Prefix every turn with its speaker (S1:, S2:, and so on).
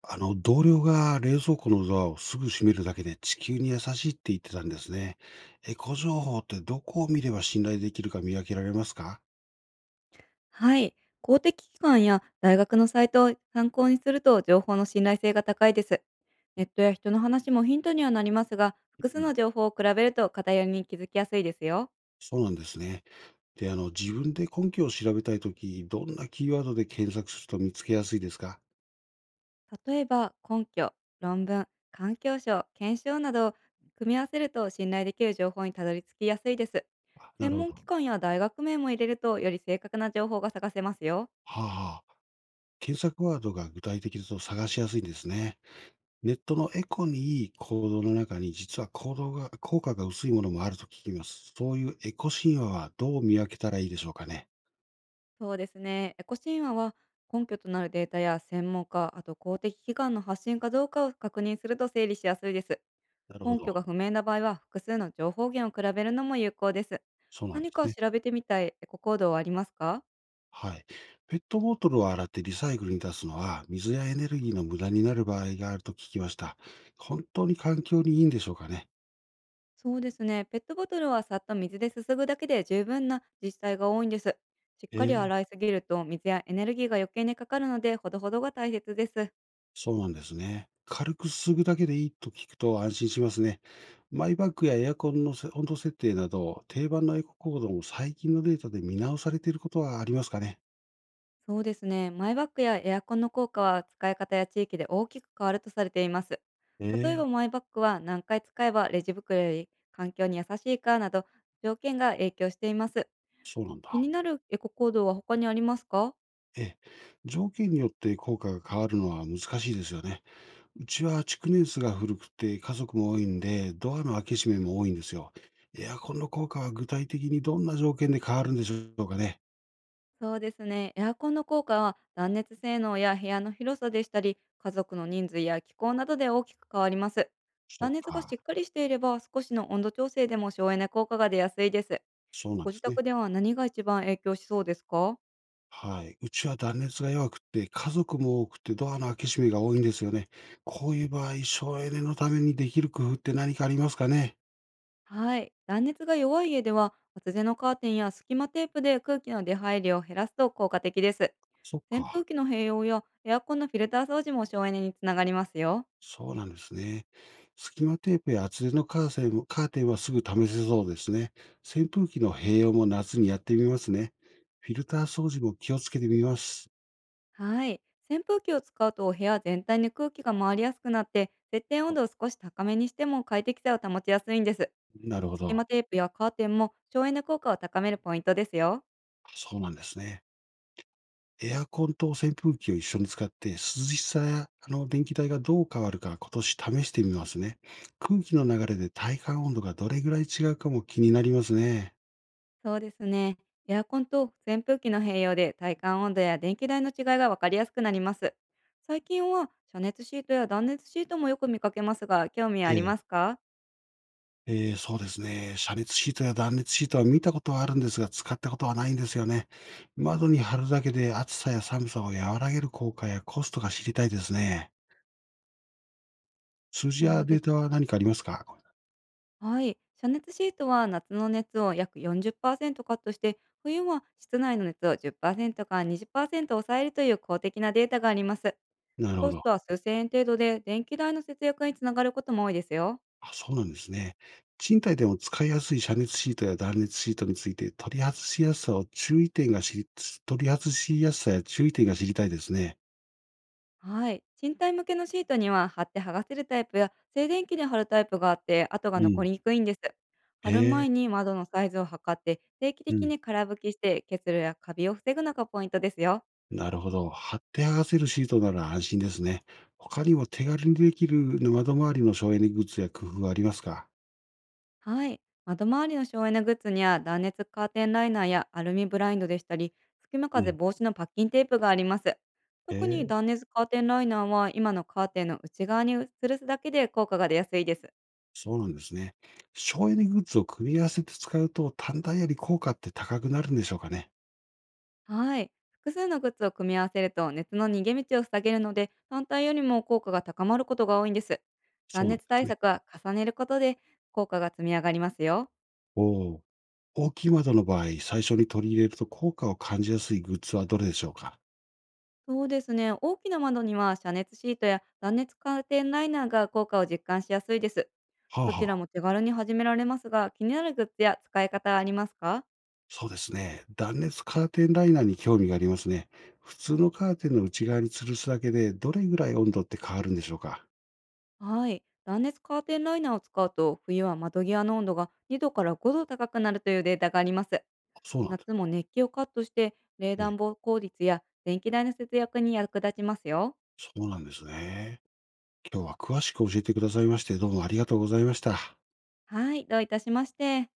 S1: 同僚が冷蔵庫のドアをすぐ閉めるだけで地球に優しいって言ってたんですね。エコ情報ってどこを見れば信頼できるか見分けられますか？
S2: はい。公的機関や大学のサイトを参考にすると情報の信頼性が高いです。ネットや人の話もヒントにはなりますが、
S1: う
S2: 複数
S1: ん、
S2: の情報を比べると偏りに気づきやすいですよ。
S1: そうなんですね。で、自分で根拠を調べたいとき、どんなキーワードで検索すると見つけやすいですか？
S2: 例えば、根拠、論文、環境省、検証などを組み合わせると信頼できる情報にたどり着きやすいです。
S1: あ、な
S2: 専
S1: るほ
S2: 門機
S1: ど。
S2: 関や大学名も入れるとより正確な情報が探せますよ。
S1: はあ、はあ。検索ワードが具体的だと探しやすいんですね。ネットのエコにいい行動の中に実は行動が、効果が薄いものもあると聞きます。そういうエコ神話はどう見分けたらいいでしょうかね。
S2: そうですね。エコ神話は根拠となるデータや専門家、あと公的機関の発信かどうかを確認すると整理しやすいです。
S1: なるほ
S2: 根
S1: ど。
S2: 拠が不明な場合は複数の情報源を比べるのも有効です。
S1: そうなんで
S2: 何
S1: す
S2: か
S1: ね。
S2: 調べてみたいエコ行動はありますか？
S1: はい。ペットボトルを洗ってリサイクルに出すのは、水やエネルギーの無駄になる場合があると聞きました。本当に環境にいいんでしょうかね。
S2: そうですね。ペットボトルはさっと水ですすぐだけで十分な自治体が多いんです。しっかり
S1: え
S2: 洗い
S1: え、
S2: すぎると水やエネルギーが余計にかかるのでほどほどが大切です。
S1: そうなんですね。軽くすすぐだけでいいと聞くと安心しますね。マイバッグやエアコンのせ温度設定など、定番のエコ行動も最近のデータで見直されていることはありますかね。
S2: そうですね。マイバッグやエアコンの効果は使い方や地域で大きく変わるとされています。例え
S1: ええ、
S2: ばマイバッグは何回使えばレジ袋より環境に優しいかなど条件が影響しています。
S1: そうなん
S2: 気に
S1: だ。
S2: なるエコ行動は他にありますか？
S1: ええ、条件によって効果が変わるのは難しいですよね。うちは築年数が古くて家族も多いんで、ドアの開け閉めも多いんですよ。エアコンの効果は具体的にどんな条件で変わるんでしょうかね。
S2: そうですね。エアコンの効果は断熱性能や部屋の広さでしたり、家族の人数や気候などで大きく変わります。
S1: そ
S2: 断
S1: う
S2: 熱がし
S1: か、
S2: っかりしていれば少しの温度調整でも省エネ効果が出やすいです。
S1: そうなん
S2: ご
S1: で
S2: 自
S1: すね。
S2: 宅では何が一番影響しそうですか？
S1: はい。うちは断熱が弱くて、家族も多くて、ドアの開け閉めが多いんですよね。こういう場合、省エネのためにできる工夫って何かありますかね。
S2: はい。断熱が弱い家では、厚手のカーテンや隙間テープで空気の出入りを減らすと効果的です。
S1: そっ
S2: 扇風
S1: か。
S2: 機の併用やエアコンのフィルター掃除も省エネにつながりますよ。
S1: そうなんですね。隙間テープや厚手のカーテンもカーテンはすぐ試せそうですね。扇風機の併用も夏にやってみますね。フィルター掃除も気をつけてみます。
S2: はい。扇風機を使うと部屋全体に空気が回りやすくなって、設定温
S1: あ、
S2: 度を少し高めにしても快適さを保ちやすいんです。
S1: なるほ
S2: 隙
S1: ど。
S2: 間テープやカーテンも省エネ効果を高めるポイントですよ。
S1: そうなんですね。エアコンと扇風機を一緒に使って、涼しさや電気代がどう変わるか今年試してみますね。空気の流れで体感温度がどれぐらい違うかも気になりますね。
S2: そうですね。エアコンと扇風機の併用で体感温度や電気代の違いが分かりやすくなります。最近は遮熱シートや断熱シートもよく見かけますが、興味あ
S1: え
S2: ります
S1: え、
S2: か？
S1: ええ、そうですね。遮熱シートや断熱シートは見たことはあるんですが、使ったことはないんですよね。窓に貼るだけで暑さや寒さを和らげる効果やコストが知りたいですね。数字
S2: そ
S1: や
S2: うで
S1: デー
S2: す。
S1: タは何かありますか？
S2: はい。遮熱シートは夏の熱を約40%カットして、冬は室内の熱を10%から20%抑えるという公的なデータがあります。
S1: なる
S2: コ
S1: ほ
S2: ス
S1: ど。
S2: トは数千円程度で、電気代の節約につながることも多いですよ。
S1: あ、そうなんですね。賃貸でも使いやすい遮熱シートや断熱シートについて、取り外しやすさを注意点が知り、取り外しやすさや注意点が知りたいですね。
S2: はい。賃貸向けのシートには貼って剥がせるタイプや静電気で貼るタイプがあって跡が
S1: う
S2: 残
S1: ん。
S2: りにくいんです。貼
S1: え
S2: る前
S1: え。
S2: に窓のサイズを測って定期
S1: う
S2: 的
S1: ん。
S2: に空拭きして結露やカビを防ぐのがポイントですよ。
S1: なるほど。貼って剥がせるシートなら安心ですね。他にも手軽にできる窓周りの省エネグッズや工夫はありますか？
S2: はい。窓周りの省エネグッズには断熱カーテンライナーやアルミブラインドでしたり隙間
S1: う
S2: 風
S1: ん。
S2: 防止のパッキンテープがあります。
S1: え
S2: 特に
S1: え、
S2: 断熱カーテンライナーは今のカーテンの内側にするすだけで効果が出やすいです。
S1: そうなんですね。省エネグッズを組み合わせて使うと単体より効果って高くなるんでしょうかね。
S2: はい。複数のグッズを組み合わせると熱の逃げ道を塞げるので単体よりも効果が高まることが多いんです。
S1: そ
S2: 断
S1: うなんで
S2: 熱
S1: す
S2: 対
S1: ね。
S2: 策は重ねることで効果が積み上がりますよ。
S1: おお、大きい窓の場合、最初に取り入れると効果を感じやすいグッズはどれでしょうか？
S2: そうですね。大きな窓には遮熱シートや断熱カーテンライナーが効果を実感しやすいです。
S1: はあ
S2: どちら
S1: はあ、
S2: も手軽に始められますが気になるグッズや使い方はありますか？
S1: そうですね。断熱カーテンライナーに興味がありますね。普通のカーテンの内側に吊るすだけでどれぐらい温度って変わるんでしょうか？
S2: はい。断熱カーテンライナーを使うと冬は窓際の温度が2度から5度高くなるというデータがあります。
S1: そうなんだ。
S2: 夏も熱気をカットして冷
S1: え
S2: 暖
S1: え、
S2: 房効率や電気代の節約に役立ちますよ。
S1: そうなんですね。今日は詳しく教えてくださいまして、どうもありがとうございました。
S2: はい、どういたしまして。